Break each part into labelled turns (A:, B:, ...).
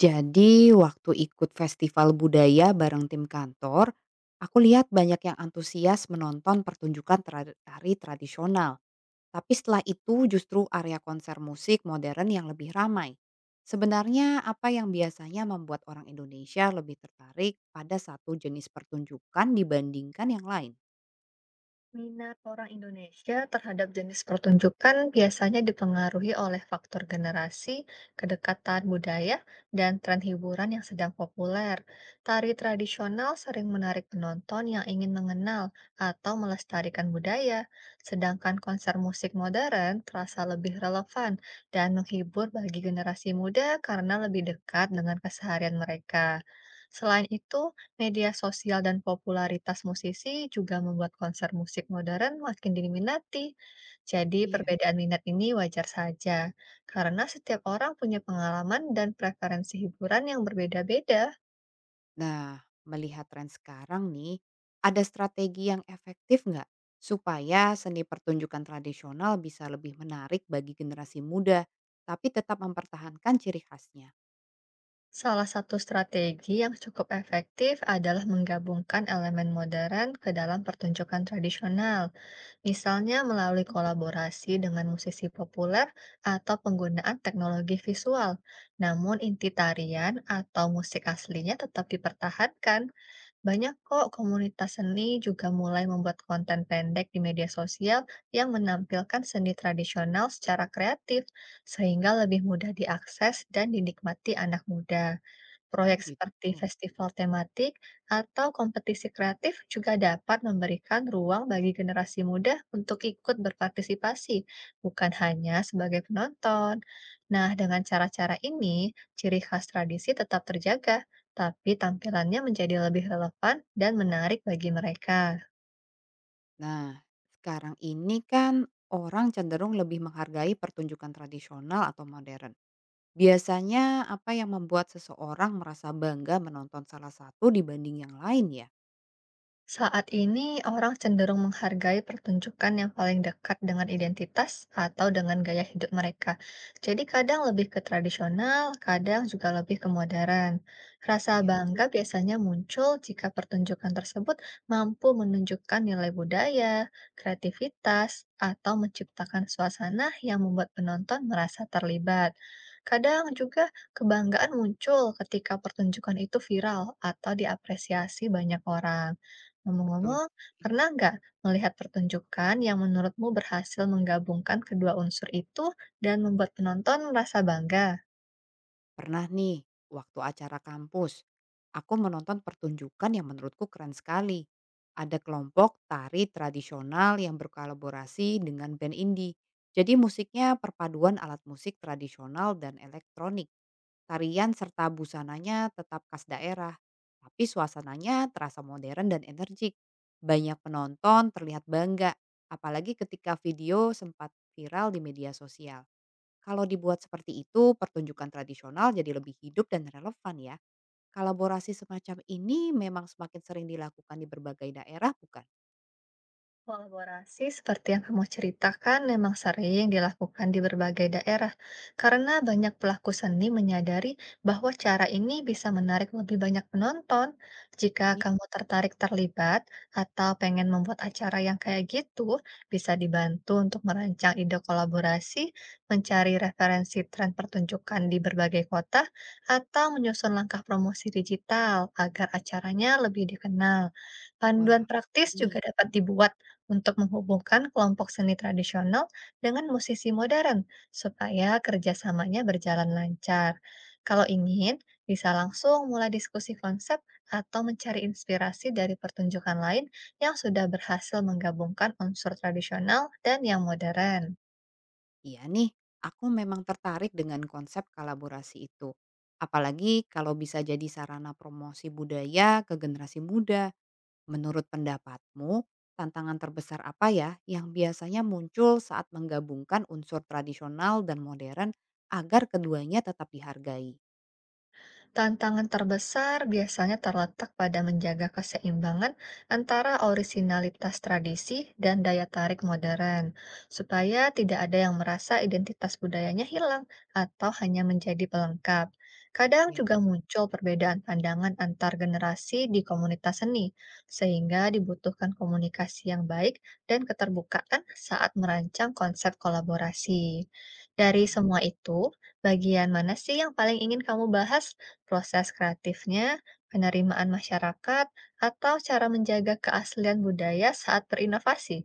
A: Jadi waktu ikut festival budaya bareng tim kantor, aku lihat banyak yang antusias menonton pertunjukan tari tradisional. Tapi setelah itu justru area konser musik modern yang lebih ramai. Sebenarnya apa yang biasanya membuat orang Indonesia lebih tertarik pada satu jenis pertunjukan dibandingkan yang lain?
B: Minat orang Indonesia terhadap jenis pertunjukan biasanya dipengaruhi oleh faktor generasi, kedekatan budaya, dan tren hiburan yang sedang populer. Tari tradisional sering menarik penonton yang ingin mengenal atau melestarikan budaya, sedangkan konser musik modern terasa lebih relevan dan menghibur bagi generasi muda karena lebih dekat dengan keseharian mereka. Selain itu, media sosial dan popularitas musisi juga membuat konser musik modern makin diminati. Jadi,
A: Iya.
B: perbedaan minat ini wajar saja, karena setiap orang punya pengalaman dan preferensi hiburan yang berbeda-beda.
A: Nah, melihat tren sekarang nih, ada strategi yang efektif nggak supaya seni pertunjukan tradisional bisa lebih menarik bagi generasi muda, tapi tetap mempertahankan ciri khasnya?
B: Salah satu strategi yang cukup efektif adalah menggabungkan elemen modern ke dalam pertunjukan tradisional, misalnya melalui kolaborasi dengan musisi populer atau penggunaan teknologi visual. Namun inti tarian atau musik aslinya tetap dipertahankan. Banyak kok komunitas seni juga mulai membuat konten pendek di media sosial yang menampilkan seni tradisional secara kreatif, sehingga lebih mudah diakses dan dinikmati anak muda.
A: Oh
B: Proyek seperti
A: gitu.
B: festival tematik atau kompetisi kreatif juga dapat memberikan ruang bagi generasi muda untuk ikut berpartisipasi, bukan hanya sebagai penonton. Nah, dengan cara-cara ini, ciri khas tradisi tetap terjaga, tapi tampilannya menjadi lebih relevan dan menarik bagi mereka.
A: Nah, sekarang ini kan orang cenderung lebih menghargai pertunjukan tradisional atau modern. Biasanya apa yang membuat seseorang merasa bangga menonton salah satu dibanding yang lain ya?
B: Saat ini, orang cenderung menghargai pertunjukan yang paling dekat dengan identitas atau dengan gaya hidup mereka. Jadi, kadang lebih ke tradisional, kadang juga lebih ke modern. Rasa
A: Ya juga.
B: bangga biasanya muncul jika pertunjukan tersebut mampu menunjukkan nilai budaya, kreativitas, atau menciptakan suasana yang membuat penonton merasa terlibat. Kadang juga kebanggaan muncul ketika pertunjukan itu viral atau diapresiasi banyak orang.
A: Betul.
B: Ngomong-ngomong, pernah nggak melihat pertunjukan yang menurutmu berhasil menggabungkan kedua unsur itu dan membuat penonton merasa bangga?
A: Pernah nih, waktu acara kampus, aku menonton pertunjukan yang menurutku keren sekali. Ada kelompok tari tradisional yang berkolaborasi dengan band indie. Jadi musiknya perpaduan alat musik tradisional dan elektronik. Tarian serta busananya tetap khas daerah. Tapi suasananya terasa modern dan energik. Banyak penonton terlihat bangga, apalagi ketika video sempat viral di media sosial. Kalau dibuat seperti itu, pertunjukan tradisional jadi lebih hidup dan relevan ya. Kolaborasi semacam ini memang semakin sering dilakukan di berbagai daerah, bukan?
B: Kolaborasi seperti yang kamu ceritakan memang sering dilakukan di berbagai daerah, karena banyak pelaku seni menyadari bahwa cara ini bisa menarik lebih banyak penonton. Jika
A: Iya.
B: kamu tertarik terlibat atau pengen membuat acara yang kayak gitu, bisa dibantu untuk merancang ide kolaborasi, mencari referensi tren pertunjukan di berbagai kota, atau menyusun langkah promosi digital agar acaranya lebih dikenal. Panduan
A: Wah,
B: praktis
A: ini
B: juga dapat dibuat untuk menghubungkan kelompok seni tradisional dengan musisi modern supaya kerjasamanya berjalan lancar. Kalau ingin, bisa langsung mulai diskusi konsep atau mencari inspirasi dari pertunjukan lain yang sudah berhasil menggabungkan unsur tradisional dan yang modern.
A: iya nih. Aku memang tertarik dengan konsep kolaborasi itu. Apalagi kalau bisa jadi sarana promosi budaya ke generasi muda. Menurut pendapatmu, tantangan terbesar apa ya yang biasanya muncul saat menggabungkan unsur tradisional dan modern agar keduanya tetap dihargai?
B: Tantangan terbesar biasanya terletak pada menjaga keseimbangan antara orisinalitas tradisi dan daya tarik modern, supaya tidak ada yang merasa identitas budayanya hilang atau hanya menjadi pelengkap. Kadang juga muncul perbedaan pandangan antar generasi di komunitas seni, sehingga dibutuhkan komunikasi yang baik dan keterbukaan saat merancang konsep kolaborasi. Dari
A: Paham.
B: semua itu, bagian mana sih yang paling ingin kamu bahas? Proses kreatifnya, penerimaan masyarakat, atau cara menjaga keaslian budaya saat berinovasi?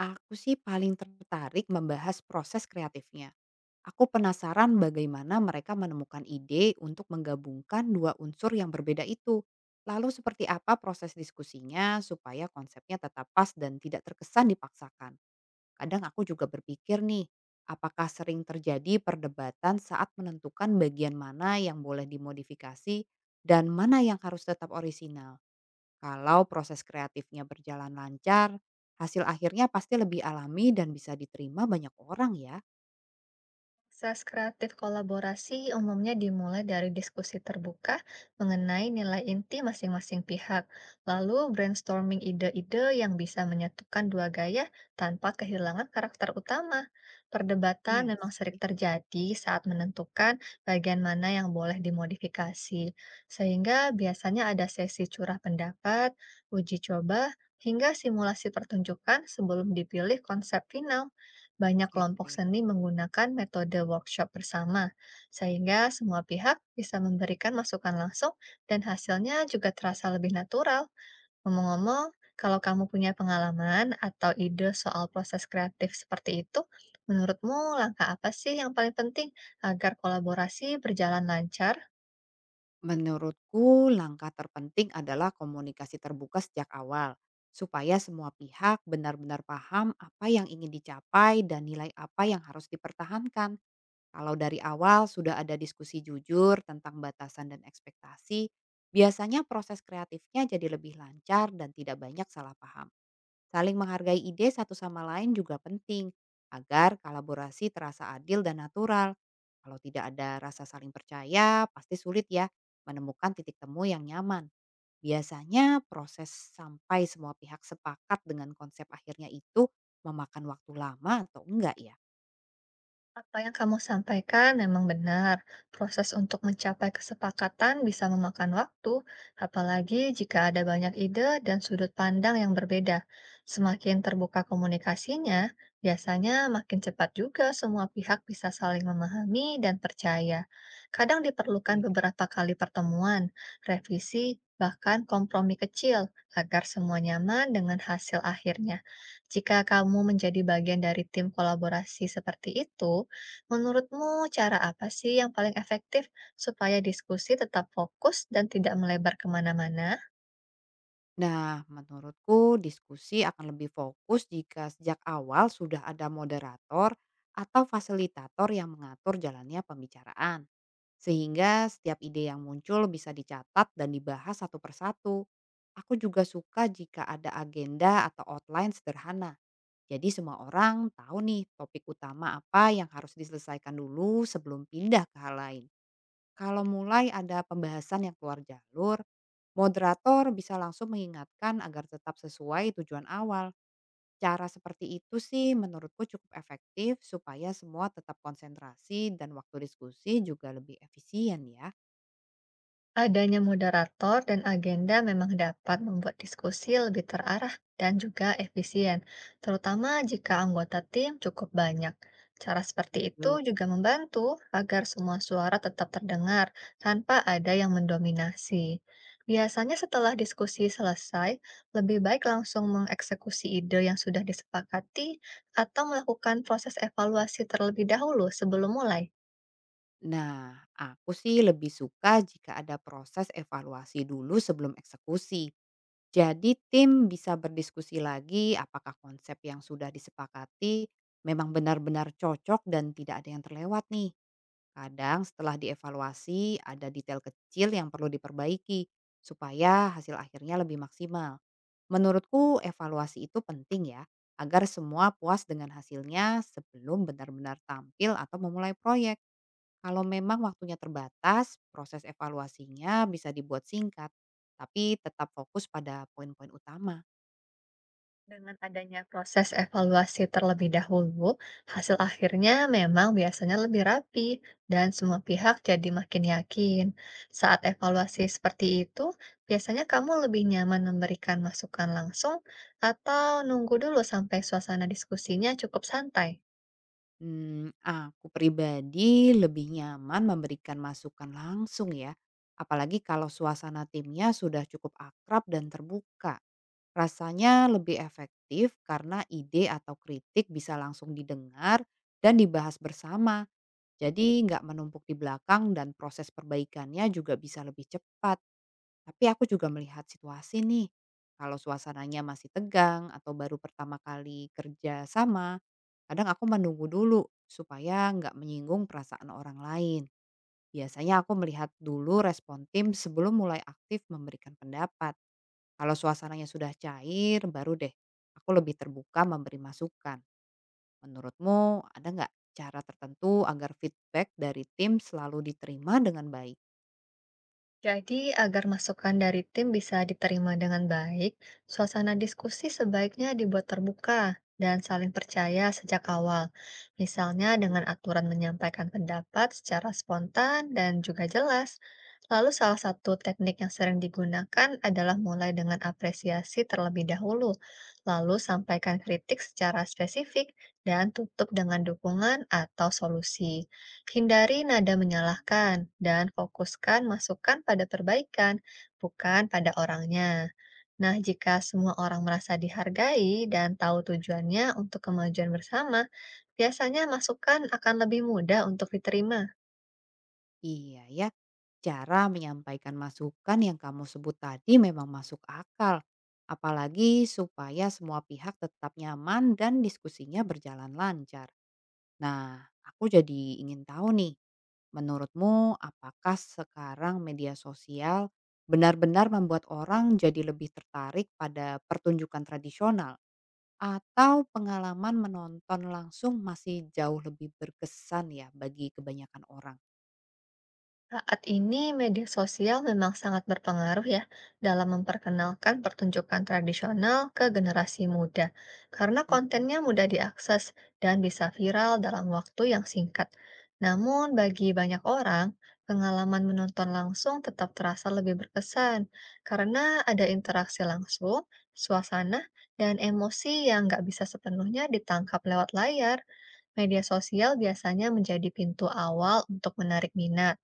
A: Aku sih paling tertarik membahas proses kreatifnya. Aku penasaran bagaimana mereka menemukan ide untuk menggabungkan dua unsur yang berbeda itu. Lalu seperti apa proses diskusinya supaya konsepnya tetap pas dan tidak terkesan dipaksakan. Kadang aku juga berpikir nih, apakah sering terjadi perdebatan saat menentukan bagian mana yang boleh dimodifikasi dan mana yang harus tetap orisinal. Kalau proses kreatifnya berjalan lancar, hasil akhirnya pasti lebih alami dan bisa diterima banyak orang ya.
B: Proses kreatif kolaborasi umumnya dimulai dari diskusi terbuka mengenai nilai inti masing-masing pihak, lalu brainstorming ide-ide yang bisa menyatukan dua gaya tanpa kehilangan karakter utama. Perdebatan
A: Iya
B: memang sering
A: sih.
B: terjadi saat menentukan bagian mana yang boleh dimodifikasi, sehingga biasanya ada sesi curah pendapat, uji coba, hingga simulasi pertunjukan sebelum dipilih konsep final. Banyak
A: Gitu
B: kelompok
A: ya.
B: seni menggunakan metode workshop bersama, sehingga semua pihak bisa memberikan masukan langsung dan hasilnya juga terasa lebih natural. Ngomong-ngomong, kalau kamu punya pengalaman atau ide soal proses kreatif seperti itu, menurutmu langkah apa sih yang paling penting agar kolaborasi berjalan lancar?
A: Menurutku langkah terpenting adalah komunikasi terbuka sejak awal. Supaya semua pihak benar-benar paham apa yang ingin dicapai dan nilai apa yang harus dipertahankan. Kalau dari awal sudah ada diskusi jujur tentang batasan dan ekspektasi, biasanya proses kreatifnya jadi lebih lancar dan tidak banyak salah paham. Saling menghargai ide satu sama lain juga penting agar kolaborasi terasa adil dan natural. Kalau tidak ada rasa saling percaya, pasti sulit ya menemukan titik temu yang nyaman. Biasanya proses sampai semua pihak sepakat dengan konsep akhirnya itu memakan waktu lama atau enggak ya?
B: Apa yang kamu sampaikan memang benar. Proses untuk mencapai kesepakatan bisa memakan waktu, apalagi jika ada banyak ide dan sudut pandang yang berbeda. Semakin terbuka komunikasinya, biasanya makin cepat juga semua pihak bisa saling memahami dan percaya. Kadang
A: Gitu
B: diperlukan
A: ya.
B: beberapa kali pertemuan, revisi, bahkan kompromi kecil agar semua nyaman dengan hasil akhirnya. Jika kamu menjadi bagian dari tim kolaborasi seperti itu, menurutmu cara apa sih yang paling efektif supaya diskusi tetap fokus dan tidak melebar kemana-mana?
A: Nah, menurutku diskusi akan lebih fokus jika sejak awal sudah ada moderator atau fasilitator yang mengatur jalannya pembicaraan. Sehingga setiap ide yang muncul bisa dicatat dan dibahas satu persatu. Aku juga suka jika ada agenda atau outline sederhana. Jadi semua orang tahu nih topik utama apa yang harus diselesaikan dulu sebelum pindah ke hal lain. Kalau mulai ada pembahasan yang keluar jalur, moderator bisa langsung mengingatkan agar tetap sesuai tujuan awal. Cara seperti itu sih menurutku cukup efektif supaya semua tetap konsentrasi dan waktu diskusi juga lebih efisien ya.
B: Adanya moderator dan agenda memang dapat membuat diskusi lebih terarah dan juga efisien, terutama jika anggota tim cukup banyak. Cara seperti itu
A: Setuju.
B: juga membantu agar semua suara tetap terdengar tanpa ada yang mendominasi. Biasanya setelah diskusi selesai, lebih baik langsung mengeksekusi ide yang sudah disepakati atau melakukan proses evaluasi terlebih dahulu sebelum mulai.
A: Nah, aku sih lebih suka jika ada proses evaluasi dulu sebelum eksekusi. Jadi tim bisa berdiskusi lagi apakah konsep yang sudah disepakati memang benar-benar cocok dan tidak ada yang terlewat nih. Kadang setelah dievaluasi ada detail kecil yang perlu diperbaiki supaya hasil akhirnya lebih maksimal. Menurutku evaluasi itu penting ya agar semua puas dengan hasilnya sebelum benar-benar tampil atau memulai proyek. Kalau memang waktunya terbatas, proses evaluasinya bisa dibuat singkat, tapi tetap fokus pada poin-poin utama.
B: Dengan adanya proses evaluasi terlebih dahulu, hasil akhirnya memang biasanya lebih rapi dan semua pihak jadi makin yakin. Saat evaluasi seperti itu, biasanya kamu lebih nyaman memberikan masukan langsung atau nunggu dulu sampai suasana diskusinya cukup santai.
A: Hmm, aku pribadi lebih nyaman memberikan masukan langsung ya, apalagi kalau suasana timnya sudah cukup akrab dan terbuka. Rasanya lebih efektif karena ide atau kritik bisa langsung didengar dan dibahas bersama. Jadi nggak menumpuk di belakang dan proses perbaikannya juga bisa lebih cepat. Tapi aku juga melihat situasi nih, kalau suasananya masih tegang atau baru pertama kali kerja sama, kadang aku menunggu dulu supaya nggak menyinggung perasaan orang lain. Biasanya aku melihat dulu respon tim sebelum mulai aktif memberikan pendapat. Kalau suasananya sudah cair, baru deh aku lebih terbuka memberi masukan. Menurutmu ada nggak cara tertentu agar feedback dari tim selalu diterima dengan baik?
B: Jadi, agar masukan dari tim bisa diterima dengan baik, suasana diskusi sebaiknya dibuat terbuka dan saling percaya sejak awal. Misalnya dengan aturan menyampaikan pendapat secara spontan dan juga jelas. Lalu salah satu teknik yang sering digunakan adalah mulai dengan apresiasi terlebih dahulu, lalu sampaikan kritik secara spesifik dan tutup dengan dukungan atau solusi. Hindari nada menyalahkan dan fokuskan masukan pada perbaikan, bukan pada orangnya. Nah, jika semua orang merasa dihargai dan tahu tujuannya untuk kemajuan bersama, biasanya masukan akan lebih mudah untuk diterima.
A: Iya ya, cara menyampaikan masukan yang kamu sebut tadi memang masuk akal. Apalagi supaya semua pihak tetap nyaman dan diskusinya berjalan lancar. Nah, aku jadi ingin tahu nih, menurutmu apakah sekarang media sosial benar-benar membuat orang jadi lebih tertarik pada pertunjukan tradisional atau pengalaman menonton langsung masih jauh lebih berkesan ya bagi kebanyakan orang?
B: Saat ini media sosial memang sangat berpengaruh ya dalam memperkenalkan pertunjukan tradisional ke generasi muda karena
A: Masih
B: kontennya
A: ya?
B: mudah diakses dan bisa viral dalam waktu yang singkat. Namun bagi banyak orang, pengalaman menonton langsung tetap terasa lebih berkesan karena ada interaksi langsung, suasana, dan emosi yang nggak bisa sepenuhnya ditangkap lewat layar. Media sosial biasanya menjadi pintu awal untuk menarik minat.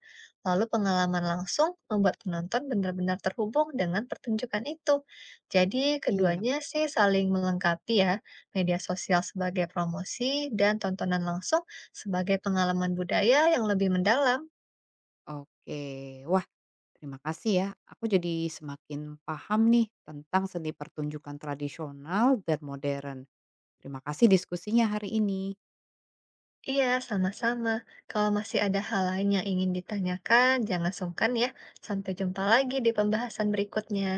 B: Lalu pengalaman langsung membuat penonton benar-benar terhubung dengan pertunjukan itu. Jadi
A: Iya.
B: keduanya sih saling melengkapi ya, media sosial sebagai promosi dan tontonan langsung sebagai pengalaman budaya yang lebih mendalam.
A: Oke, wah, terima kasih ya. Aku jadi semakin paham nih tentang seni pertunjukan tradisional dan modern. Terima kasih diskusinya hari ini.
B: Iya, sama-sama. Kalau masih ada hal lain yang ingin ditanyakan, jangan sungkan ya. Sampai jumpa lagi di pembahasan berikutnya.